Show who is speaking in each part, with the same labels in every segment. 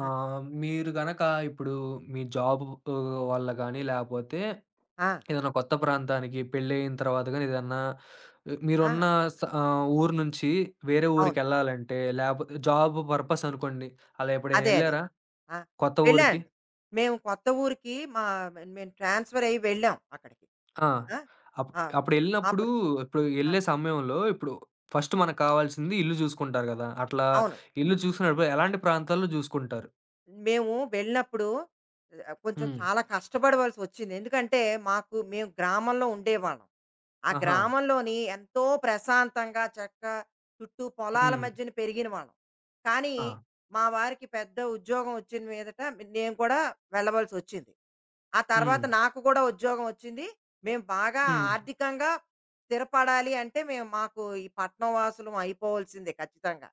Speaker 1: ఆ!
Speaker 2: ఆ!
Speaker 1: మీరు గనక ఇప్పుడు మీ జాబు వల్ల గాని, లేపోతే
Speaker 2: ఆ!
Speaker 1: ఏదైనా కొత్త ప్రాంతానికి పెళ్లయిన తర్వాత గాని ఏదన్నా
Speaker 2: ఆ!
Speaker 1: మీరున్న ఊరు నుంచి వేరే
Speaker 2: అవును.
Speaker 1: ఊరికెళ్ళాలంటే, లేపోతే జాబ్ పర్పస్ అనుకోండి. అలా ఎప్పుడైనా
Speaker 2: అదే. అదే.
Speaker 1: ఎళ్లారా
Speaker 2: ఆ!
Speaker 1: కొత్త ఊరికి?
Speaker 2: వెళ్ళానండి. మేము కొత్త ఊరికి మా మేము ట్రాన్స్‌ఫర్ అయ్యి వెళ్ళాం అక్కడికి.
Speaker 1: ఆ!
Speaker 2: ఆ!
Speaker 1: అప్
Speaker 2: ఆ!
Speaker 1: అప్పుడెళ్ళినప్పుడు
Speaker 2: అప్పుడు
Speaker 1: ఇప్పుడు
Speaker 2: ఆ!
Speaker 1: ఎళ్ళే సమయంలో ఇప్పుడు ఫస్ట్ మనకు కావాల్సింది ఇల్లు జూసుకుంటారు గదా! అట్లా
Speaker 2: అవును.
Speaker 1: ఇల్లు చూసుకునేటప్పుడు ఎలాంటి ప్రాంతాల్లో జూసుకుంటారు?
Speaker 2: మేము వెళ్ళినప్పుడు కొంచెం
Speaker 1: హ్మ్.
Speaker 2: చాలా కష్టపడవలసొచ్చింది. ఎందుకంటే మేము గ్రామంలో ఉండేవాళ్ళం. ఆ
Speaker 1: ఆహా!
Speaker 2: గ్రామంలోని ఎంతో ప్రశాంతంగా చక్కగా చుట్టూ పొలాల
Speaker 1: హ్మ్.
Speaker 2: మధ్యన పెరిగిన వాళ్ళం. కానీ
Speaker 1: ఆ!
Speaker 2: మా వారికి పెద్ద ఉద్యోగం వచ్చిన మీదట నేను కూడా వెళ్ళవలసొచ్చింది. ఆ
Speaker 1: హ్మ్.
Speaker 2: తర్వాత నాకు కూడా ఉద్యోగం వచ్చింది. మేము బాగా
Speaker 1: హ్మ్.
Speaker 2: ఆర్థికంగా స్థిరపడాలి అంటే మాకు ఈ పట్నం వాసులం అయిపోవాల్సిందే ఖచ్చితంగా.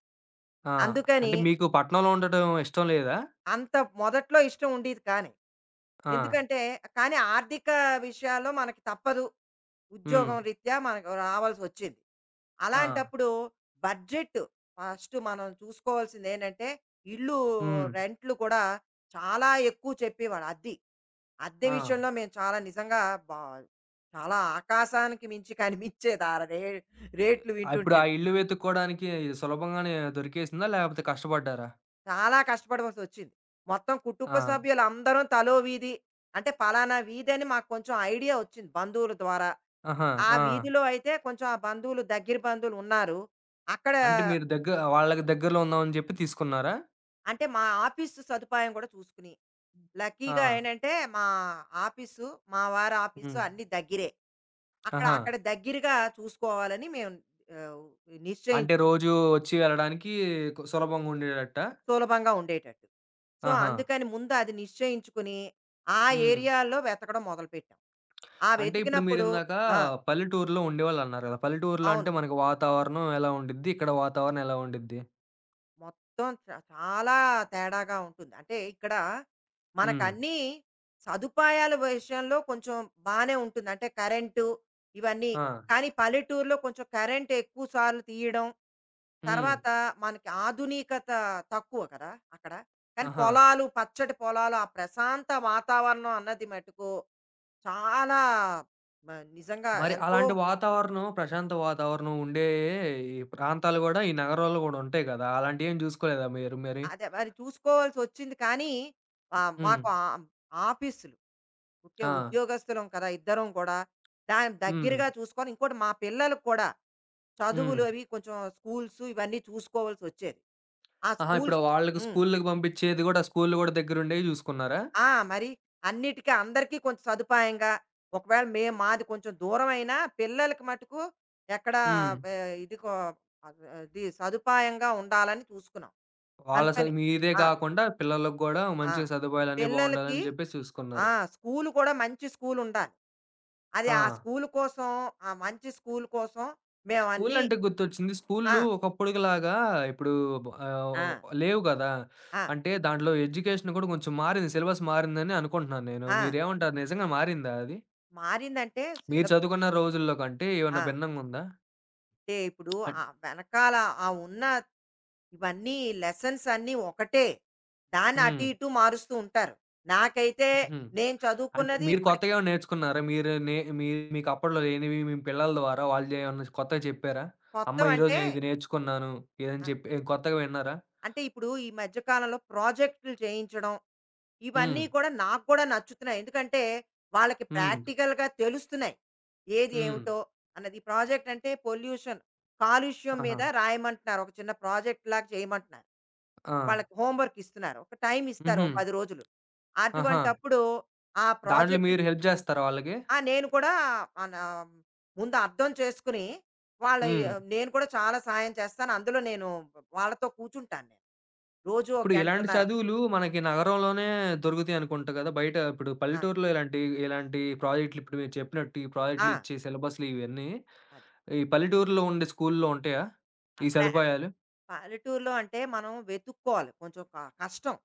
Speaker 1: ఆ!
Speaker 2: అందుకని
Speaker 1: అంటే మీకు పట్నంలో ఉండటం ఇష్టం లేదా?
Speaker 2: అంత మొదట్లో ఇష్టం ఉండేది కాని.
Speaker 1: ఆ!
Speaker 2: ఎందుకంటే కానీ ఆర్థిక విషయాల్లో మనకి తప్పదు.
Speaker 1: హ్మ్.
Speaker 2: ఉద్యోగం రీత్యా మనకు రావాల్సొచ్చింది.
Speaker 1: ఆ!
Speaker 2: అలాంటప్పుడు బడ్జెట్ ఫస్ట్ మనం చూసుకోవాల్సిందేంటంటే ఇల్లు
Speaker 1: హ్మ్.
Speaker 2: రెంట్లు కూడా చాలా ఎక్కువ చెప్పేవాడు అద్దీ. అద్దె
Speaker 1: ఆ!
Speaker 2: విషయంలో మేము చాలా నిజంగా బా చాలా ఆకాశానికి మించి కనిపించేది ఆ రేట్లు
Speaker 1: ఆ! ఇప్పుడు ఆ
Speaker 2: వింటుంటేను.
Speaker 1: ఇల్లు వెతుక్కోడానికి సులభంగానే దొరికేసిందా? లేకపోతే కష్టపడ్డారా?
Speaker 2: చాలా కష్టపడవలసి వచ్చింది. మొత్తం కుటుంబ
Speaker 1: ఆ!
Speaker 2: సభ్యులందరం తలో వీధి అంటే పలానా వీధి అని మాకు కొంచెం ఐడియా వచ్చింది బంధువుల ద్వారా.
Speaker 1: ఆహా!
Speaker 2: ఆ
Speaker 1: ఆ!
Speaker 2: వీధిలో అయితే కొంచెం ఆ బంధువులు దగ్గర బంధువులున్నారు. అక్కడ
Speaker 1: అంటే మీరు వాళ్ళకి దగ్గరలో ఉందామని చెప్పి తీసుకున్నారా?
Speaker 2: అంటే మా ఆఫీసు సదుపాయం కూడా చూసుకుని
Speaker 1: ఆ!
Speaker 2: లక్కీగా ఏంటంటే మా ఆఫీసు, మా వారి ఆఫీసు
Speaker 1: హ్మ్.
Speaker 2: అన్నీ దగ్గరే. అక్కడ
Speaker 1: ఆహా!
Speaker 2: అక్కడ దగ్గరగా చూసుకోవాలని మేము ఆహ్, నిశ్చయిం
Speaker 1: అంటే రోజూ వచ్చి వెళ్ళడానికి సులభంగా ఉండేటట్టా?
Speaker 2: సులభంగా ఉండేటట్టు. సో,
Speaker 1: ఆహా!
Speaker 2: అందుకని ముందు అది నిశ్చయించుకుని, ఆ
Speaker 1: హ్మ్.
Speaker 2: ఏరియాలో వెతకడం మొదలుపెట్టాం. ఆ
Speaker 1: అంటే ఇప్పుడు
Speaker 2: వెతికినప్పుడు
Speaker 1: మీరిందాక
Speaker 2: ఆ!
Speaker 1: పల్లెటూరులో ఉండేవాళ్ళన్నారు గదా! పల్లెటూరులో
Speaker 2: అవును.
Speaker 1: అంటే మనకి వాతావరణం ఎలా ఉండిద్ది? ఇక్కడ వాతావరణం ఎలా ఉండిద్ది?
Speaker 2: మొత్తం చాలా తేడాగా ఉంటుంది. అంటే ఇక్కడ
Speaker 1: హ్మ్.
Speaker 2: మనకన్నీ సదుపాయాల విషయంలో కొంచెం బానే ఉంటుంది. అంటే కరెంటు ఇవన్నీ.
Speaker 1: ఆ!
Speaker 2: కానీ పల్లెటూరులో కొంచెం కరెంట్ ఎక్కువ సార్లు తీయడం.
Speaker 1: హ్మ్.
Speaker 2: తర్వాత మనకి ఆధునికత తక్కువ కదా! అక్కడ. కానీ
Speaker 1: ఆహా!
Speaker 2: పొలాలు, పచ్చటి పొలాలు, ఆ ప్రశాంత వాతావరణం అన్నది మటుకు చాలా మ నిజంగా
Speaker 1: మరి
Speaker 2: ఎంతో
Speaker 1: అలాంటి వాతావరణం, ప్రశాంత వాతావరణం ఉండే ఈ ప్రాంతాలు గూడా ఈ నగరాల్లో గూడా ఉంటాయి గదా! అలాంటియేం జూసుకోలేదా మీరు మరి?
Speaker 2: అదే మరి చూసుకోవాల్సొచ్చింది. కానీ
Speaker 1: హ్మ్.
Speaker 2: మాకు ఆ ఆఫీసులు ముఖ్య
Speaker 1: ఆ!
Speaker 2: ఉద్యోగస్తులం కదా ఇద్దరం కూడా. దానికి
Speaker 1: హ్మ్.
Speaker 2: దగ్గరగా చూసుకొని ఇంకోటి మా పిల్లలకు కూడా
Speaker 1: హ్మ్.
Speaker 2: చదువులు అవి కొంచెం స్కూల్స్ ఇవన్నీ చూసుకోవాల్సొచ్చేది. ఆ
Speaker 1: ఆహా! ఇప్పుడు
Speaker 2: స్కూల్స్
Speaker 1: వాళ్ళకి
Speaker 2: హ్మ్.
Speaker 1: స్కూలుకి పంపిచ్చేది గూడా స్కూల్లు గూడా దగ్గరుండేయి జూసుకున్నారా?
Speaker 2: ఆ! మరి అన్నిటికి అందరికీ కొంచెం సదుపాయంగా ఒకవేళ మేము మాది కొంచెం దూరమైనా పిల్లలకి మటుకు ఎక్కడ
Speaker 1: హ్మ్.
Speaker 2: బె ఇది కొ ఆహ్, ఇది సదుపాయంగా ఉండాలని చూసుకున్నాం.
Speaker 1: వాళ్ళ స
Speaker 2: అందుకని
Speaker 1: మీదే
Speaker 2: ఆ!
Speaker 1: గాకుండా పిల్లలకి గూడా
Speaker 2: ఆ!
Speaker 1: మంచి సదుపాయాలన్నీ
Speaker 2: పిల్లలకి
Speaker 1: బావుండాలని జెప్పేసి చూసుకున్నారు.
Speaker 2: ఆ! స్కూలు కూడా మంచి స్కూలుండాలి. అది
Speaker 1: ఆ!
Speaker 2: ఆ స్కూలు కోసం, ఆ మంచి స్కూలు కోసం
Speaker 1: స్కూల్
Speaker 2: మేవన్నీ
Speaker 1: అంటే గుర్తొచ్చింది.
Speaker 2: ఆ!
Speaker 1: స్కూల్లు ఒకప్పుడులాగా ఇప్పుడు బ్
Speaker 2: ఆ!
Speaker 1: ఆహ్, లేవు గదా!
Speaker 2: ఆ!
Speaker 1: అంటే దాంట్లో ఎడ్యుకేషన్ గూడా కొంచెం మారింది. సిలబస్ మారిందని అనుకుంటున్నాను నేను.
Speaker 2: ఆ!
Speaker 1: మీరేమంటారు? నిజంగా మారిందా అది?
Speaker 2: మారిందంటే
Speaker 1: మీరు చదువుకున్న రోజుల్లో కంటే
Speaker 2: ఆ!
Speaker 1: ఏమన్నా భిన్నంగా ఉందా?
Speaker 2: అంటే ఇప్పుడు
Speaker 1: అంట్
Speaker 2: ఆ వెనకాల ఆ ఉన్న ఇవన్నీ లెసన్స్ అన్నీ ఒకటే. దాన్ని అటు
Speaker 1: హ్మ్.
Speaker 2: ఇటు మారుస్తూ ఉంటారు. నాకైతే
Speaker 1: హుహు.
Speaker 2: నేను
Speaker 1: అంటే
Speaker 2: చదువుకున్నది
Speaker 1: మీరు
Speaker 2: ఇప్పటి
Speaker 1: కొత్తగా ఏమైనా నేర్చుకున్నారా? మీరు నే మీ మీకు అప్పట్లో లేనివి మీ పిల్లల ద్వారా వాళ్ళు ఏమన్నా కొత్తగా చెప్పారా? అమ్మ
Speaker 2: మొత్తం
Speaker 1: ఈరోజు
Speaker 2: అంటే
Speaker 1: నేను ఇది నేర్చుకున్నాను. ఇదని
Speaker 2: ఆ!
Speaker 1: చెప్పి ఏం కొత్తగా విన్నారా?
Speaker 2: అంటే ఇప్పుడు ఈ మధ్య కాలంలో ప్రాజెక్టులు చేయించడం
Speaker 1: హ్మ్.
Speaker 2: ఇవన్నీ కూడా నాకు కూడా నచ్చుతున్నాయి. ఎందుకంటే, వాళ్ళకి
Speaker 1: హ్మ్.
Speaker 2: ప్రాక్టికల్‌గా తెలుస్తున్నాయి. ఏది
Speaker 1: హ్మ్.
Speaker 2: ఏమిటో అన్నది. ఈ ప్రాజెక్ట్ అంటే పొల్యూషన్ కాలుష్యం
Speaker 1: ఆహా!
Speaker 2: మీద రాయమంటున్నారు. ఒక చిన్న ప్రాజెక్ట్‌లాగా చేయమంటున్నారు.
Speaker 1: ఆ!
Speaker 2: వాళ్ళకి హోమ్ వర్క్ ఇస్తున్నారు. ఒక టైమ్ ఇస్తారు.
Speaker 1: హుహు.
Speaker 2: ఓ 10 రోజులు.
Speaker 1: ఆహా!
Speaker 2: అటువంటప్పుడు ఆ
Speaker 1: దాంట్లో
Speaker 2: ప్రాజెక్ట్
Speaker 1: మీరు హెల్ప్ జేస్తారా వాళ్ళకి?
Speaker 2: ఆ! నేను కూడా మన ముందు అర్థం చేసుకుని, వాళ్ళ
Speaker 1: హ్మ్.
Speaker 2: నేను కూడా చాలా సాయం చేస్తాను. అందులో నేను వాళ్ళతో కూర్చుంటాను నేను. రోజు ఒక
Speaker 1: ఇప్పుడు ఇలాంటి
Speaker 2: గంటన్నర.
Speaker 1: చదువులు మనకి నగరంలోనే దొరుకుతాయనుకుంటా కదా! బయట ఇప్పుడు
Speaker 2: ఆ!
Speaker 1: పల్లెటూరులో ఇలాంటి, ఇలాంటి ప్రాజెక్టులు ఇప్పుడు మీరు చెప్పినట్టు ఈ
Speaker 2: ఆ!
Speaker 1: ప్రాజెక్టులు ఇచ్చే సిలబస్‌లు ఇవన్నీ
Speaker 2: అది.
Speaker 1: ఈ పల్లెటూరులో ఉండే స్కూలులో ఉంటాయా?
Speaker 2: ఆ!
Speaker 1: ఈ సదుపాయాలు?
Speaker 2: పల్లెటూరులో అంటే మనం వెతుక్కోవాలి. కొంచెం కష్టం.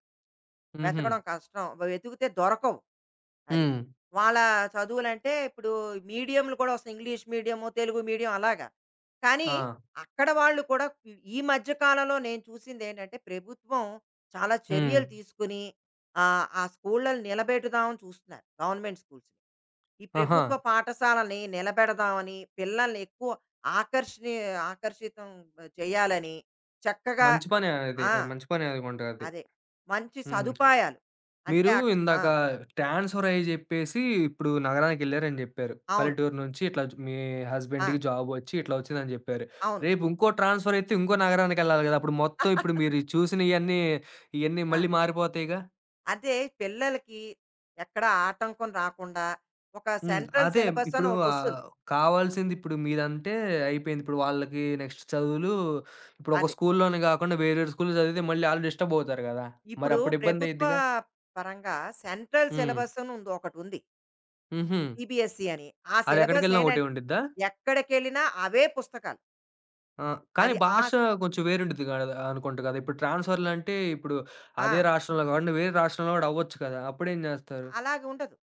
Speaker 1: హుహు.
Speaker 2: వెతకడం కష్టం. వెతికితే దొరకవు. అది.
Speaker 1: హ్మ్.
Speaker 2: వాళ్ళ చదువులంటే ఇప్పుడు మీడియంలు కూడా వస్తాయి. ఇంగ్లీష్ మీడియము, తెలుగు మీడియం అలాగా. కానీ
Speaker 1: ఆ!
Speaker 2: అక్కడ వాళ్ళు కూడా ఈ మధ్య కాలంలో నేను చూసిందేంటంటే ప్రభుత్వం చాలా
Speaker 1: హ్మ్.
Speaker 2: చర్యలు తీసుకొని ఆ స్కూళ్ళని నిలబెడదామని చూస్తున్నారు. గవర్నమెంట్ స్కూల్స్‌ని. ఈ
Speaker 1: ఆహా!
Speaker 2: ప్రభుత్వ పాఠశాలని నిలబెడదామని పిల్లల్ని ఎక్కువ ఆకర్షణీ ఆకర్షితం చేయాలని చక్కగా
Speaker 1: మంచి పనే అది.
Speaker 2: ఆ!
Speaker 1: మంచి పనే అనుకుంటా అది.
Speaker 2: అదే. మంచి
Speaker 1: హ్మ్.
Speaker 2: సదుపాయాలు. అంటే
Speaker 1: మీరు
Speaker 2: అక్కడ ఆ!
Speaker 1: ఇందాక ట్రాన్స్‌ఫర్ అయ్యి జెప్పేసి ఇప్పుడు నగరానికెళ్లారని జెప్పారు.
Speaker 2: అవును.
Speaker 1: పల్లెటూరు నుంచి ఇట్లా జు మీ
Speaker 2: ఆ!
Speaker 1: హస్బెండ్‌కి జాబ్ వచ్చి ఇట్లా వచ్చిందని జెప్పారు.
Speaker 2: అవును.
Speaker 1: రేపు ఇంకో ట్రాన్స్‌ఫర్ అయితే ఇంకో నగరానికెళ్ళాలి గదా! అప్పుడు మొత్తం ఇప్పుడు మీరు చూసినయన్నీ ఇయన్నీ
Speaker 2: ఆ!
Speaker 1: మళ్ళీ మారిపోతాయిగా?
Speaker 2: అంటే పిల్లలకి ఎక్కడ ఆటంకం రాకుండా ఒక
Speaker 1: హ్మ్.
Speaker 2: సెంట్రల్
Speaker 1: అదే
Speaker 2: సిలబస్
Speaker 1: ఇప్పుడు
Speaker 2: అని ఒకటొస్తుంది.
Speaker 1: కావాల్సింది ఇప్పుడు మీదంటే అయిపోయింది. ఇప్పుడు వాళ్ళకి నెక్స్ట్ చదువులు ఇప్పుడు ఒక
Speaker 2: అదే.
Speaker 1: స్కూల్లోనే గాకుండా వేరే స్కూల్‌లో చదివితే మళ్ళీ ఆళ్ళు డిస్టర్బ్ అవుతారు గదా!
Speaker 2: ఇప్పుడు
Speaker 1: మరప్పుడు
Speaker 2: ప్రభుత్వ
Speaker 1: ఇబ్బందయిద్దిగా?
Speaker 2: పరంగా సెంట్రల్
Speaker 1: హ్మ్.
Speaker 2: సిలబస్ అని ఉంది ఒకటుంది.
Speaker 1: హుహు.
Speaker 2: సీబీఎస్ఈ అని. ఆ సిలబస్
Speaker 1: అదెక్కడికెళ్ళినా ఒకటే
Speaker 2: ఏంటంటే
Speaker 1: ఉండిద్దా?
Speaker 2: ఎక్కడికెళ్ళినా అవే పుస్తకాలు.
Speaker 1: ఆ! కానీ
Speaker 2: అది
Speaker 1: భాష కొంచెం వేరుండిద్ది గదా! అనుకుంట గదా! ఇప్పుడు ట్రాన్స్‌ఫర్‌లంటే ఇప్పుడు
Speaker 2: ఆ!
Speaker 1: అదే రాష్ట్రంలో గాకుండా వేరే రాష్ట్రంలో గూడా అవ్వచ్చు కదా! అప్పుడేం జేస్తారు?
Speaker 2: అలాగా ఉండదు.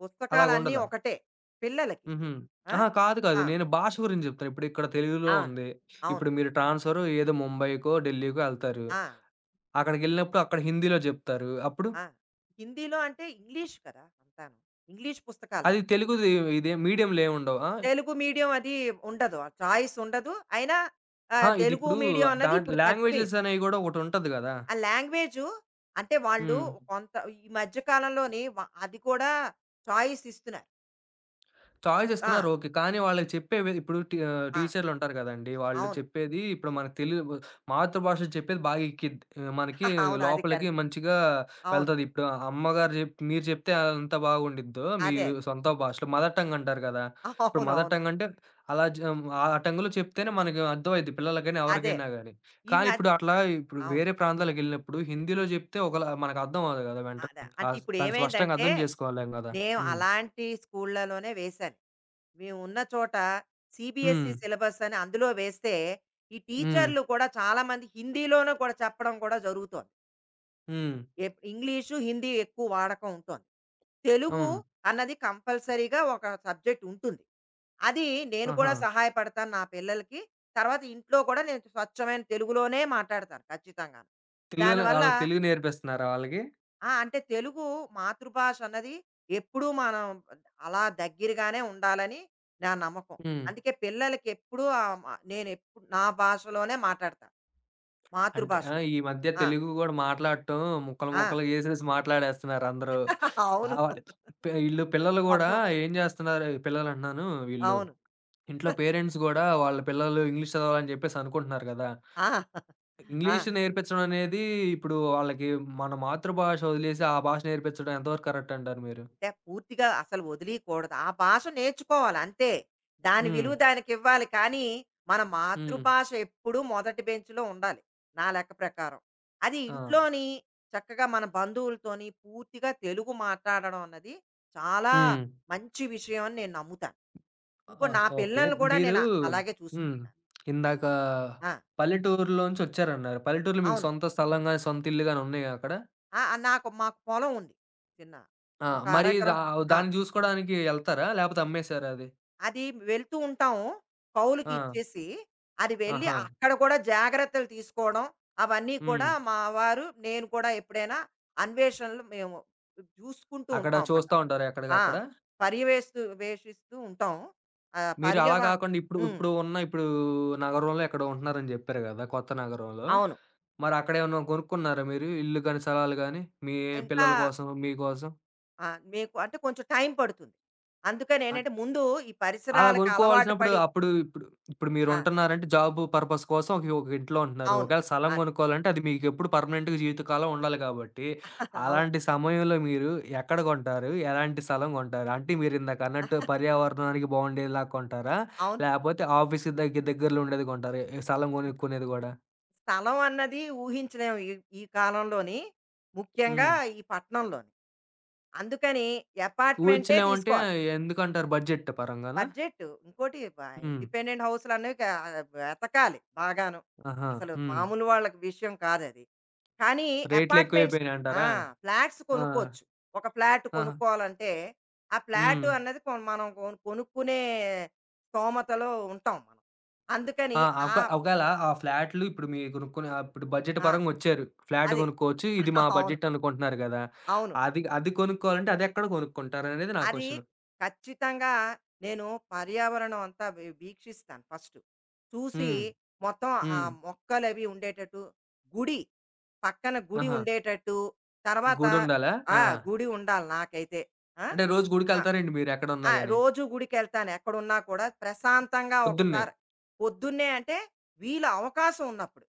Speaker 2: పుస్తకాలన్నీ
Speaker 1: అలాగుండదా?
Speaker 2: ఒకటే పిల్లలకి.
Speaker 1: హుహు.
Speaker 2: ఆ!
Speaker 1: అహా! కాదు కాదు.
Speaker 2: ఆ!
Speaker 1: నేను భాష గురించి జెప్తున్నా. ఇప్పుడు ఇక్కడ తెలుగులో
Speaker 2: అవును.
Speaker 1: ఉంది.
Speaker 2: అవును.
Speaker 1: ఇప్పుడు మీరు ట్రాన్స్‌ఫర్ ఏదో ముంబైకో, ఢిల్లీకో ఎళ్తారు.
Speaker 2: ఆ!
Speaker 1: అక్కడికెళ్ళినప్పుడు అక్కడ హిందీలో జెప్తారు. అప్పుడు
Speaker 2: ఆ! హిందీలో అంటే ఇంగ్లీష్ కదా! అంతాను. ఇంగ్లీష్
Speaker 1: అది
Speaker 2: పుస్తకాలంటే.
Speaker 1: తెలుగుది ఇదే మీడియంలేముండవు. ఆ!
Speaker 2: తెలుగు మీడియం అది ఉండదు. ఆ చాయిస్ ఉండదు. అయినా
Speaker 1: ఆ!
Speaker 2: తెలుగు
Speaker 1: ఇదిప్పుడు
Speaker 2: మీడియం అన్నది
Speaker 1: దాంట్లో
Speaker 2: ఇప్పుడు
Speaker 1: లాంగ్వేజెస్
Speaker 2: తగ్గిపోయింది.
Speaker 1: అనేవి గూడా ఒకటుంటది గదా!
Speaker 2: ఆ లాంగ్వేజు అంటే వాళ్ళు
Speaker 1: హ్మ్.
Speaker 2: కొంత ఈ మధ్య కాలంలోని అది కూడా చాయిస్ ఇస్తున్నారు.
Speaker 1: చాయిస్
Speaker 2: ఆ!
Speaker 1: ఇస్తున్నారు ఓకే. కానీ వాళ్ళకి చెప్పేవి ఇప్పుడు
Speaker 2: ఆ!
Speaker 1: టీచర్లుంటారు గదండీ! వాళ్ళు
Speaker 2: అవును.
Speaker 1: చెప్పేది ఇప్పుడు మనకు తెలి వ మాతృభాషలో చెప్పేది బాగా ఎక్కిద్ది. మనకి
Speaker 2: అవును. అది
Speaker 1: లోపలికి
Speaker 2: కరెక్ట్.
Speaker 1: మంచిగా
Speaker 2: అవును.
Speaker 1: వెళ్తది. ఇప్పుడు అమ్మగారు మీరు చెప్తే ఎంత బాగుండిద్దో మీ
Speaker 2: అదే. అదే.
Speaker 1: సొంత భాషలో మదర్ టంగ్ అంటారు గదా! ఇప్పుడు మదర్
Speaker 2: అవునవును.
Speaker 1: టంగ్ అంటే అలా జ ఆ టంగ్‌లో చెప్తేనే మనకు అర్థమైద్ది పిల్లలకైనా,
Speaker 2: అదే.
Speaker 1: ఎవరికైనా గాని.
Speaker 2: ఈ
Speaker 1: కానీ
Speaker 2: మధ్య
Speaker 1: ఇప్పుడు అట్లా ఇప్పుడు
Speaker 2: అవును.
Speaker 1: వేరే ప్రాంతాలకెళ్ళినప్పుడు హిందీలో జెప్తే ఒకలా మనకు అర్థం అవ్వదు గదా!
Speaker 2: అదే.
Speaker 1: వెంటనే.
Speaker 2: అంటే ఇప్పుడు
Speaker 1: దాన్ని స్పష్టంగా
Speaker 2: ఏమైందంటే,
Speaker 1: అర్థం జేసుకోలేం గదా!
Speaker 2: నేను
Speaker 1: హ్మ్.
Speaker 2: అలాంటి స్కూళ్ళలోనే వేశాను. మేము ఉన్న చోట
Speaker 1: హ్మ్.
Speaker 2: సీబీఎస్ఈ సిలబస్ అని అందులో వేస్తే ఈ
Speaker 1: హ్మ్.
Speaker 2: టీచర్లు కూడా చాలా మంది హిందీలోనూ కూడా చెప్పడం కూడా జరుగుతోంది.
Speaker 1: హ్మ్.
Speaker 2: ఇంగ్లీషు, హిందీ ఎక్కువ వాడకం ఉంటోంది. తెలుగు
Speaker 1: హ్మ్.
Speaker 2: అన్నది కంపల్సరీగా ఒక సబ్జెక్ట్ ఉంటుంది. అది నేను
Speaker 1: ఆహా!
Speaker 2: కూడా సహాయపడతాను నా పిల్లలకి. తర్వాత ఇంట్లో కూడా నేను స్వచ్ఛమైన తెలుగులోనే మాట్లాడతాను ఖచ్చితంగాను.
Speaker 1: తెలుగులో
Speaker 2: దానివల్ల
Speaker 1: ఆళ్ళకి తెలుగు నేర్పిస్తున్నారా వాళ్ళకి?
Speaker 2: ఆ! అంటే తెలుగు మాతృభాష అన్నది ఎప్పుడూ మనం అలా దగ్గరగానే ఉండాలని నా నమ్మకం.
Speaker 1: హ్మ్.
Speaker 2: అందుకే పిల్లలకి ఎప్పుడూ ఆహ్, మ నేనెప్పుడు నా భాషలోనే మాట్లాడతా.
Speaker 1: అంటే ఆ!
Speaker 2: మాతృభాషలో.
Speaker 1: ఈ మధ్య
Speaker 2: ఆ!
Speaker 1: తెలుగు గూడా మాట్లాడటం ముక్కలు
Speaker 2: ఆ!
Speaker 1: ముక్కలు చేసేసి మాట్లాడేస్తున్నారు అందరూ.
Speaker 2: అవును.
Speaker 1: ఆవ ఈళ్ళు పిల్లలు గూడా
Speaker 2: మొత్తం.
Speaker 1: ఏం జేస్తున్నారు పిల్లలంటున్నాను వీళ్ళు
Speaker 2: అవును.
Speaker 1: ఇంట్లో పేరెంట్స్ గూడా వాళ్ళ పిల్లలు ఇంగ్లీష్ చదవాలని జెప్పేసి అనుకుంటున్నారు గదా!
Speaker 2: ఆ! ఆ!
Speaker 1: ఇంగ్లీష్ నేర్పించడం అనేది ఇప్పుడు వాళ్ళకి మన మాతృభాష వదిలేసి ఆ భాష నేర్పించడం ఎంతవరకు కరెక్ట్ అంటారు మీరు?
Speaker 2: అంటే పూర్తిగా అసలు వదిలీయకూడదు. ఆ భాష నేర్చుకోవాలి అంతే. దాని
Speaker 1: హ్మ్.
Speaker 2: విలువ దానికివ్వాలి. కానీ, మన
Speaker 1: హ్మ్.
Speaker 2: మాతృభాష ఎప్పుడూ మొదటి బెంచ్‌లో ఉండాలి. నా లెక్క ప్రకారం. అది
Speaker 1: ఆ!
Speaker 2: ఇంట్లోని చక్కగా మన బంధువులతోని పూర్తిగా తెలుగు మాట్లాడడం అన్నది చాలా
Speaker 1: హ్మ్.
Speaker 2: మంచి విషయం అని నేను నమ్ముతాను.
Speaker 1: ఆ!
Speaker 2: ఇంకో నా
Speaker 1: ఓకే.
Speaker 2: పిల్లల్ని కూడా
Speaker 1: మీరు
Speaker 2: నేను అలాగే
Speaker 1: హ్మ్.
Speaker 2: చూసుకుంటాను. అది.
Speaker 1: ఇందాక
Speaker 2: ఆ!
Speaker 1: పల్లెటూరులోంచి వచ్చారన్నారు. పల్లెటూరులో మీకు
Speaker 2: అవును.
Speaker 1: సొంత స్థలం గాని, సొంత ఇల్లు గాని ఉన్నాయా అక్కడ?
Speaker 2: ఆ! ఆ, మాకు పొలం ఉంది. చిన్న
Speaker 1: ఆ!
Speaker 2: ఒక
Speaker 1: మరి
Speaker 2: అరెకరం ఆ!
Speaker 1: దాన్ని చూసుకోడానికి ఎళ్తారా? లేపోతే అమ్మేసారా అది?
Speaker 2: అది వెళ్తూ ఉంటాం. కౌలుకి
Speaker 1: ఆ!
Speaker 2: ఇచ్చేసి, అది వెళ్ళి
Speaker 1: ఆహా!
Speaker 2: అక్కడ కూడా జాగ్రత్తలు తీసుకోవడం, అవన్నీ కూడా
Speaker 1: హ్మ్.
Speaker 2: మా వారు, నేను కూడా ఎప్పుడైనా అన్వేషణలు మేము చూసుకుంటూ
Speaker 1: అక్కడ
Speaker 2: ఉంటాం అన్నమాట.
Speaker 1: చూస్తా ఉంటారా
Speaker 2: ఆ!
Speaker 1: ఎక్కడికక్కడ?
Speaker 2: పర్యవేస్తూ వేషిస్తూ ఉంటాం. ఆహ్,
Speaker 1: మీరు అలా
Speaker 2: పర్యవ
Speaker 1: కాకుండా ఇప్పుడు,
Speaker 2: హ్మ్.
Speaker 1: ఇప్పుడు ఉన్న ఇప్పుడు నగరంలో ఎక్కడో ఉంటున్నారని జెప్పారు గదా! కొత్త నగరంలో.
Speaker 2: అవును.
Speaker 1: మరి అక్కడేమన్నా కొనుక్కున్నారా మీరు? ఇల్లు గాని, స్థలాలు గాని మీ
Speaker 2: ఇంకా
Speaker 1: పిల్లల కోసం, మీకోసం?
Speaker 2: ఆ! మీకు అంటే కొంచెం టైం పడుతుంది. అందుకని
Speaker 1: అన్
Speaker 2: ఏంటంటే, ముందు ఈ
Speaker 1: అలా
Speaker 2: పరిసరాలకి అలవాటు
Speaker 1: కొనుక్కోవాల్సినప్పుడు
Speaker 2: పడి
Speaker 1: అప్పుడు ఇప్పుడు ఇప్పుడు
Speaker 2: ఆ!
Speaker 1: మీరుంటున్నారంటే జాబ్ పర్పస్ కోసం ఒక ఒక ఇంట్లో ఉంటున్నారు.
Speaker 2: అవును.
Speaker 1: ఒకవేళ స్థలం
Speaker 2: అది.
Speaker 1: కొనుక్కోవాలంటే అది మీకెప్పుడు పర్మనెంట్‌గా జీవితకాలం ఉండాలి కాబట్టి,
Speaker 2: అవును.
Speaker 1: అలాంటి సమయంలో మీరు ఎక్కడ కొంటారు? ఎలాంటి స్థలం కొంటారు? అంటే మీరిందాక అన్నట్టు పర్యావరణానికి బావుండేలా కొంటారా?
Speaker 2: అవును.
Speaker 1: లేపోతే ఆఫీస్‌కి దగ్గర దగ్గరలో ఉండేది కొంటారా? ఈ స్థలం
Speaker 2: ఇప్పుడు
Speaker 1: కొనుక్కునేది గూడా?
Speaker 2: స్థలం అన్నది ఊహించలేము ఈ ఈ కాలంలోని. ముఖ్యంగా
Speaker 1: హ్మ్.
Speaker 2: ఈ పట్టణంలోని. అందుకని అపార్ట్‌మెంటే
Speaker 1: ఊహించలేమంటే
Speaker 2: తీసుకోవాలి.
Speaker 1: ఎందుకంటారు? బడ్జెట్ పరంగానా?
Speaker 2: బడ్జెట్ ఇంకోటి
Speaker 1: హ్మ్.
Speaker 2: ఇండిపెండెంట్ హౌస్‌లనేవి వెతకాలి బాగాను.
Speaker 1: ఆహా!
Speaker 2: అసలు
Speaker 1: హ్మ్.
Speaker 2: మామూలు వాళ్ళకి విషయం కాదది. కానీ అపార్ట్‌మెంట్స్ ఆ!
Speaker 1: రేట్‌లెక్కువైపోయినాయంటారా?
Speaker 2: ఫ్లాట్స్
Speaker 1: ఆ!
Speaker 2: కొనుక్కోవచ్చు. ఒక ఫ్లాట్
Speaker 1: ఆ!
Speaker 2: కొనుక్కోవాలంటే, ఆ ఫ్లాట్
Speaker 1: హ్మ్.
Speaker 2: అన్నది మనం కొనుక్కునే స్తోమతలో ఉంటాం మనం. అందుకని
Speaker 1: ఆ!
Speaker 2: ఆ!
Speaker 1: ఒకేళ ఆ ఫ్లాట్లు ఇప్పుడు మీరు కొనుక్కునే ఇప్పుడు బడ్జెట్
Speaker 2: ఆ!
Speaker 1: పరంగా వచ్చారు. ఫ్లాట్
Speaker 2: అది.
Speaker 1: కొనుక్కోవచ్చు. ఇది మా
Speaker 2: అవును.
Speaker 1: బడ్జెట్ అనుకుంటున్నారు గదా!
Speaker 2: అవును.
Speaker 1: అది అది కొనుక్కోవాలంటే అదెక్కడ కొనుక్కుంటారనేది నా
Speaker 2: అది
Speaker 1: క్వెషన్?
Speaker 2: ఖచ్చితంగా నేను పర్యావరణం అంతా వీక్షిస్తాను ఫస్ట్. చూసి
Speaker 1: హ్మ్.
Speaker 2: మొత్తం ఆ
Speaker 1: హ్మ్.
Speaker 2: మొక్కలవి ఉండేటట్టు, గుడి పక్కన గుడి
Speaker 1: ఆహా!
Speaker 2: ఉండేటట్టు, తర్వాత
Speaker 1: గుడుండాలా?
Speaker 2: ఆ!
Speaker 1: ఆ!
Speaker 2: గుడి ఉండాలి నాకైతే. ఆ!
Speaker 1: అంటే రోజు
Speaker 2: ఆ!
Speaker 1: గుడికెళ్తారండి మీరు ఎక్కడున్నా
Speaker 2: ఆ!
Speaker 1: గాని?
Speaker 2: రోజూ గుడికెళ్తాను. ఎక్కడున్నా కూడా ప్రశాంతంగా
Speaker 1: పొద్దున్నే.
Speaker 2: ఒకసారి పొద్దున్నే అంటే వీలు అవకాశం ఉన్నప్పుడు.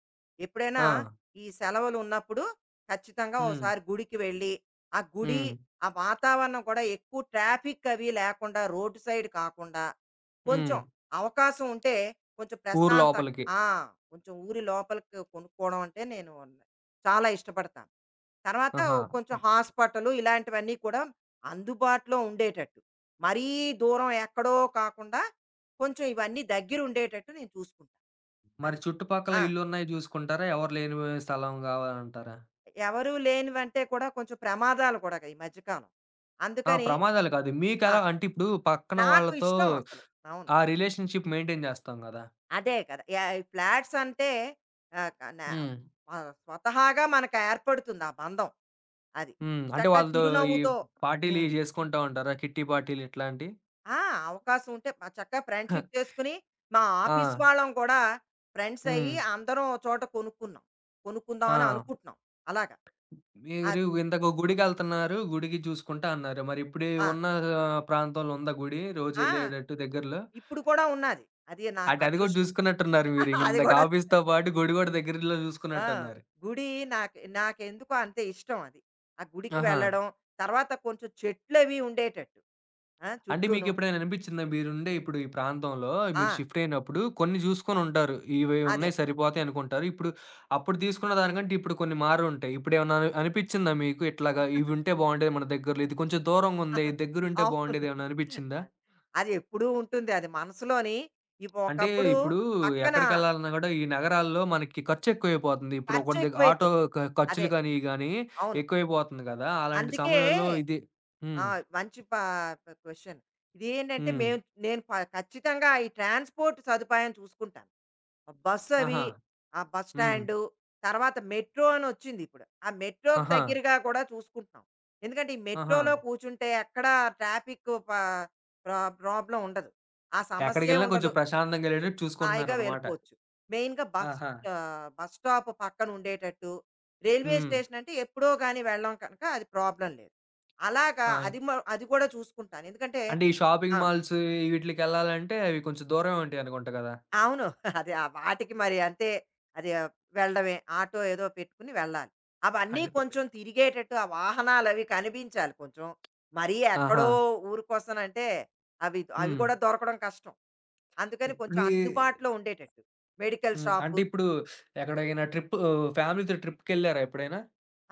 Speaker 2: ఎప్పుడైనా
Speaker 1: ఆ!
Speaker 2: ఈ సెలవులున్నప్పుడు ఖచ్చితంగా
Speaker 1: హ్మ్.
Speaker 2: ఓసారి గుడికి వెళ్ళి, ఆ గుడి,
Speaker 1: హ్మ్.
Speaker 2: ఆ వాతావరణం కూడా ఎక్కువ ట్రాఫిక్ అవి లేకుండా రోడ్డు సైడ్ కాకుండా
Speaker 1: హ్మ్.
Speaker 2: కొంచెం అవకాశం ఉంటే కొంచెం
Speaker 1: ఊరు
Speaker 2: ప్రశాంతం
Speaker 1: లోపలికి.
Speaker 2: ఆ! కొంచెం ఊరి లోపలికి కొనుక్కోవడం అంటే నేను చాలా ఇష్టపడతాను. తర్వాత
Speaker 1: ఆహా!
Speaker 2: కొంచెం హాస్పిటలు ఇలాంటివన్నీ కూడా అందుబాటులో ఉండేటట్టు. మరీ దూరం ఎక్కడో కాకుండా కొంచెం ఇవన్నీ దగ్గర ఉండేటట్టు నేను చూసుకుంటాను.
Speaker 1: మరి
Speaker 2: అది.
Speaker 1: చుట్టుపక్కల
Speaker 2: ఆ!
Speaker 1: ఇళ్ళున్నాయి జూసుకుంటారా? ఎవరు లేని స్థలం గావాలంటారా?
Speaker 2: ఎవరు లేనివంటే కూడా కొంచెం ప్రమాదాలు కూడా ఈ మధ్యకాలం.
Speaker 1: ఆ!
Speaker 2: అందుకని
Speaker 1: ప్రమాదాలు కాదు.
Speaker 2: ఆ!
Speaker 1: మీకెలా అంటే ఇప్పుడు పక్కన
Speaker 2: నాకు
Speaker 1: వాళ్ళతో
Speaker 2: ఇష్టం అసలు. అవును.
Speaker 1: ఆ రిలేషన్‌షిప్ మెయింటైన్ చేస్తాం గదా!
Speaker 2: అదే కదా! ఈ ఫ్లాట్స్ అంటే ఆహ్, క నా
Speaker 1: హ్మ్.
Speaker 2: ఆహ్, స్వతహాగా మనకు ఏర్పడుతుంది ఆ బంధం. అది.
Speaker 1: హ్మ్. అంటే
Speaker 2: చక్కగా
Speaker 1: వాళ్ళతో ఈ
Speaker 2: చిరునవ్వుతో హ్మ్.
Speaker 1: పార్టీలియి చేసుకుంటా ఉంటారా? కిట్టి పార్టీలు ఇట్లాంటియి?
Speaker 2: ఆ! అవకాశం ఉంటే చక్కగా ఫ్రెండ్‌షిప్ చేసుకొని, మా
Speaker 1: ఆ!
Speaker 2: ఆఫీస్ వాళ్ళం కూడా ఫ్రెండ్స్
Speaker 1: హ్మ్.
Speaker 2: అయ్యి, అందరం ఓ చోట కొనుక్కున్నాం. కొనుక్కుందాం
Speaker 1: ఆ!
Speaker 2: అని అనుకుంటున్నాం. అలాగా.
Speaker 1: మీరు
Speaker 2: అద్
Speaker 1: ఇందాక గుడికెళ్తన్నారు. గుడికి చూసుకుంటా అన్నారు. మరి ఇప్పుడు
Speaker 2: ఆ!
Speaker 1: ఉన్న ప్రాంతంలో ఉందా గుడి
Speaker 2: ఆ!
Speaker 1: రోజెళ్ళేటట్టు దగ్గరలో?
Speaker 2: ఇప్పుడు కూడా ఉన్నాది. అది నాకు
Speaker 1: అంటే అది గూడా
Speaker 2: అదృష్టం.
Speaker 1: చూసుకున్నట్టున్నారు మీరు.
Speaker 2: అది
Speaker 1: ఇందాక
Speaker 2: కూడా
Speaker 1: ఆఫీస్‌తో పాటు గుడి గూడా దగ్గరలో
Speaker 2: ఆ!
Speaker 1: చూసుకున్నట్టున్నారు.
Speaker 2: గుడి నాకెందుకో అంతే ఇష్టం అది. ఆ గుడికి
Speaker 1: ఆహా!
Speaker 2: వెళ్ళడం, తర్వాత కొంచెం చెట్లవి ఉండేటట్టు. ఆ!
Speaker 1: అంటే
Speaker 2: చుట్టూను.
Speaker 1: మీకెప్పుడైనా అనిపించిందా? మీరుండే ఇప్పుడు ఈ ప్రాంతంలో
Speaker 2: ఆ!
Speaker 1: మీరు షిఫ్ట్ అయినప్పుడు కొన్ని చూసుకొనుంటారు. ఇవి
Speaker 2: అదే.
Speaker 1: ఉన్నాయి సరిపోతాయి అనుకుంటారు. ఇప్పుడు అప్పుడు తీసుకున్న దానికంటే ఇప్పుడు కొన్ని మారుంటాయి. ఇప్పుడేమన్నా అని అనిపించిందా మీకు ఇట్లాగా ఇవుంటే బావుండేది మన దగ్గరలో, ఇది కొంచెం దూరంగుంది. ఇది దగ్గరుంటే
Speaker 2: అవును.
Speaker 1: బావుండేది ఏమన్నా అనిపించిందా?
Speaker 2: అది. అది ఎప్పుడూ ఉంటుంది. అది మనసులోని
Speaker 1: అంటే
Speaker 2: ఒకప్పుడు
Speaker 1: ఇప్పుడు
Speaker 2: పక్కన
Speaker 1: ఎక్కడికెళ్ళాలన్నా గూడా ఈ నగరాల్లో మనకి ఖర్చెక్కువైపోతుంది. ఇప్పుడు ఒకటి దగ్గ ఆటో
Speaker 2: ఖర్చెక్కువైపోతుంది.
Speaker 1: ఖ ఖర్చులు
Speaker 2: అదే.
Speaker 1: గానీ, ఇయి గానీ
Speaker 2: అవును.
Speaker 1: ఎక్కువైపోతుంది గదా! అలాంటి
Speaker 2: అందుకే
Speaker 1: సమయంలో ఇది హ్మ్.
Speaker 2: ఆ! మంచి ప ప క్వెషన్. ఇదేంటంటే
Speaker 1: హ్మ్.
Speaker 2: మేము నేను ఖచ్చితంగా ఈ ట్రాన్స్‌పోర్ట్ సదుపాయం చూసుకుంటాను.
Speaker 1: ఆహా!
Speaker 2: బస్సవి, ఆ బస్
Speaker 1: హ్మ్.
Speaker 2: స్టాండు, తర్వాత మెట్రో అనొచ్చిందిప్పుడు. ఆ మెట్రోకి
Speaker 1: ఆహా!
Speaker 2: దగ్గరగా కూడా చూసుకుంటున్నాం. ఎందుకంటే ఈ
Speaker 1: ఆహా!
Speaker 2: మెట్రోలో కూర్చుంటే ఎక్కడా ట్రాఫిక్కు ప ప్రా ప్రాబ్లమ్ ఉండదు. ఆ సమస్యే
Speaker 1: ఎక్కడికెళ్ళినా కొంచెం
Speaker 2: ఉండదు.
Speaker 1: ప్రశాంతంగా యెళ్ళేటట్టు
Speaker 2: హాయిగా
Speaker 1: చూసుకుంటున్నారనమాట.
Speaker 2: వెళ్ళిపోవచ్చు. మెయిన్‌గా
Speaker 1: ఆహా!
Speaker 2: బస్ స్టాప్ పక్కన ఉండేటట్టు, రైల్వే
Speaker 1: హ్మ్.
Speaker 2: స్టేషన్ అంటే ఎప్పుడో గాని వెళ్ళం కనుక అది ప్రాబ్లమ్ లేదు. అలాగా
Speaker 1: ఆ!
Speaker 2: అది కూడా చూసుకుంటాను. ఎందుకంటే
Speaker 1: అంటే ఈ షాపింగ్
Speaker 2: ఆ!
Speaker 1: మాల్స్ వీటిలికెళ్ళాలంటే అవి కొంచెం దూరమే ఉంటాయనుకుంట గదా!
Speaker 2: అవును. అదే ఆ వాటికి మరి అంతే అది వెళ్ళడమే. ఆటో ఏదో పెట్టుకుని వెళ్ళాలి. అవన్నీ
Speaker 1: అంటే
Speaker 2: కొంచెం తిరిగేటట్టు ఆ వాహనాలవి కనిపించాలి కొంచెం. మరీ
Speaker 1: ఆహా!
Speaker 2: ఎక్కడో ఊరు కోసనంటే అవి అవి
Speaker 1: హ్మ్.
Speaker 2: కూడా దొరకడం కష్టం.
Speaker 1: ఇ
Speaker 2: అందుకని కొంచెం
Speaker 1: మీ
Speaker 2: అందుబాటులో ఉండేటట్టు. మెడికల్
Speaker 1: హ్మ్. అంటే
Speaker 2: షాపు
Speaker 1: ఇప్పుడు ఎక్కడికైనా ట్రిప్ ఫ్యామిలీతో ట్రిప్‌కెళ్లారా ఎప్పుడైనా?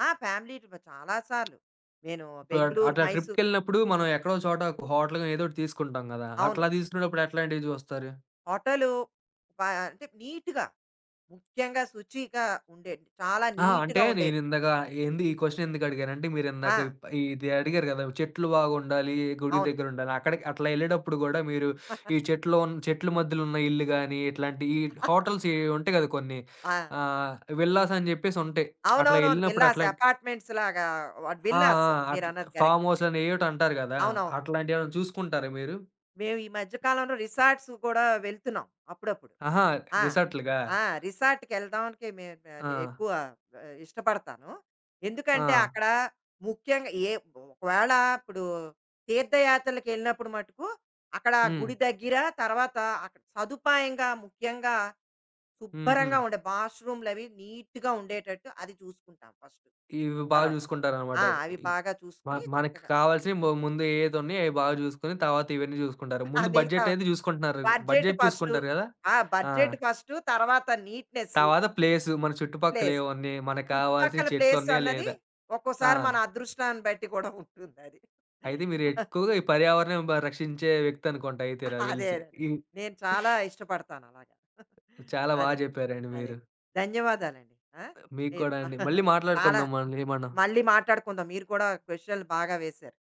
Speaker 2: ఆ! ఫ్యామిలీ ట్రిప్ చాలా సార్లు. నేను
Speaker 1: ఇప్పుడు
Speaker 2: బెంగుళూరు,
Speaker 1: అట్లా
Speaker 2: మైసూర్
Speaker 1: ట్రిప్‌కెళ్ళినప్పుడు మనం ఎక్కడో చోట ఒక హోటల్ గాని ఏదో ఒకటి తీసుకుంటాం గదా!
Speaker 2: అవును.
Speaker 1: అట్లా తీసుకునేటప్పుడు ఎట్లాంటివి చూస్తారు?
Speaker 2: హోటలు ప అంటే నీట్‌గా, ముఖ్యంగా శుచిగా ఉండేది. చాలా
Speaker 1: ఆ! అంటే
Speaker 2: నీట్‌గా ఉండేది.
Speaker 1: నేనిందాక ఏంది ఈ క్వెషన్ ఎందుకడిగానంటే, మీరిందాక
Speaker 2: ఆ!
Speaker 1: ఇది అడిగారు గదా! చెట్లు బాగుండాలి, గుడి
Speaker 2: అవును.
Speaker 1: దగ్గరుండాలి. అక్కడికి అట్లా యెళ్ళేటప్పుడు గూడా మీరు ఈ చెట్ల మధ్యలో ఉన్న ఇల్లు గానీ, ఇట్లాంటి ఈ హోటల్స్ ఇవి ఉంటాయి గదా కొన్ని.
Speaker 2: ఆ!
Speaker 1: ఆహ్, విల్లాస్ అని జెప్పేసుంటాయి. అట్లా
Speaker 2: అవునవునవును.
Speaker 1: యెళ్ళినప్పుడు
Speaker 2: విల్లాస్
Speaker 1: అట్లాంటి
Speaker 2: అపార్ట్మెంట్స్ లాగా వాట్
Speaker 1: ఆ! ఆ!
Speaker 2: విల్లాస్
Speaker 1: అట్లా
Speaker 2: మీరన్నది
Speaker 1: ఫార్మ్
Speaker 2: కరెక్టే.
Speaker 1: హౌస్‌లని ఏయోటి అంటారు గదా!
Speaker 2: అవునవును.
Speaker 1: అట్లాంటియేమైనా చూసుకుంటారా మీరు?
Speaker 2: మేము ఈ మధ్య కాలంలో రిసార్ట్స్ కూడా వెళ్తున్నాం అప్పుడప్పుడు.
Speaker 1: అహా!
Speaker 2: ఆ!
Speaker 1: రిసార్ట్‌లుగా?
Speaker 2: ఆ! రిసార్ట్‌కెళ్దామనికి
Speaker 1: ఆ!
Speaker 2: ఎక్కువ ఇష్టపడతాను.
Speaker 1: ఆ!
Speaker 2: ఎందుకంటే, అక్కడ ముఖ్యంగా ఒకవేళ ఇప్పుడు తీర్థయాత్రలకెళ్ళినప్పుడు మటుకు, అక్కడ
Speaker 1: హ్మ్.
Speaker 2: గుడి దగ్గర తర్వాత అక్కడ సదుపాయంగా ముఖ్యంగా
Speaker 1: హుహు.
Speaker 2: శుభ్రంగా ఉండే బాష్‌రూమ్‌లవి నీట్‌గా ఉండేటట్టు అది చూసుకుంటాం ఫస్టు.
Speaker 1: ఇవి బాగా
Speaker 2: తర్వాత
Speaker 1: జూసుకుంటారనమాట.
Speaker 2: ఆ! అవి
Speaker 1: ఇ
Speaker 2: బాగా
Speaker 1: మ
Speaker 2: చూసుకుని
Speaker 1: మనకి
Speaker 2: చక్కగా
Speaker 1: కావాల్సినయి ముందు ఏదున్నాయో అయి బాగా జూసుకొని, తర్వాత ఇవన్నీ జూసుకుంటారు.
Speaker 2: ఆ!
Speaker 1: ముందు
Speaker 2: మిగతా
Speaker 1: బడ్జెట్ అయితే జూసుకుంటున్నారు.
Speaker 2: Budget
Speaker 1: budget
Speaker 2: first.
Speaker 1: చూసుకుంటారు గదా!
Speaker 2: ఆ!
Speaker 1: ఆ!
Speaker 2: బడ్జెట్ ఫస్టు, తర్వాత నీట్‌నెస్సు,
Speaker 1: తర్వాత ప్లేసు, మన చుట్టుపక్కల
Speaker 2: ప్లేసు.
Speaker 1: ఏవున్నాయి, మనకు కావాల్సిన
Speaker 2: చుట్టుపక్కల ప్లేస్
Speaker 1: చెట్లున్నాయా
Speaker 2: అన్నది
Speaker 1: లేదా? ఆ!
Speaker 2: ఒక్కోసారి మన అదృష్టాన్ని బట్టి కూడా ఉంటుందది.
Speaker 1: అయితే మీరు ఎక్కువగా ఈ పర్యావరణం బ రక్షించే వ్యక్తనుకుంటా అయితే నాకు
Speaker 2: అదే. అదే.
Speaker 1: దెలిసి. ఈ
Speaker 2: నేను చాలా ఇష్టపడతాను అలాగా.
Speaker 1: చాలా బా
Speaker 2: అదే.
Speaker 1: జెప్పారండి
Speaker 2: అదే.
Speaker 1: మీరు.
Speaker 2: ధన్యవాదాలండి. ఆ!
Speaker 1: మీకు
Speaker 2: మీరు
Speaker 1: కూడా అండి. మళ్ళీ
Speaker 2: చాలా
Speaker 1: మాట్లాడుకుందాం మళ్ళీ మనం.
Speaker 2: మళ్ళీ మాట్లాడుకుందాం. మీరు కూడా క్వెషన్‌లు బాగా వేశారు.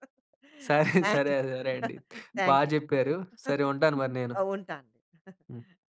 Speaker 1: సరే.
Speaker 2: థాంక్
Speaker 1: సరే. సరే అండి.
Speaker 2: యూ.
Speaker 1: బా
Speaker 2: థాంక్ యూ.
Speaker 1: జెప్పారు. సరే ఉంటాను మరి నేను.
Speaker 2: ఉంటానండి.
Speaker 1: హ్మ్.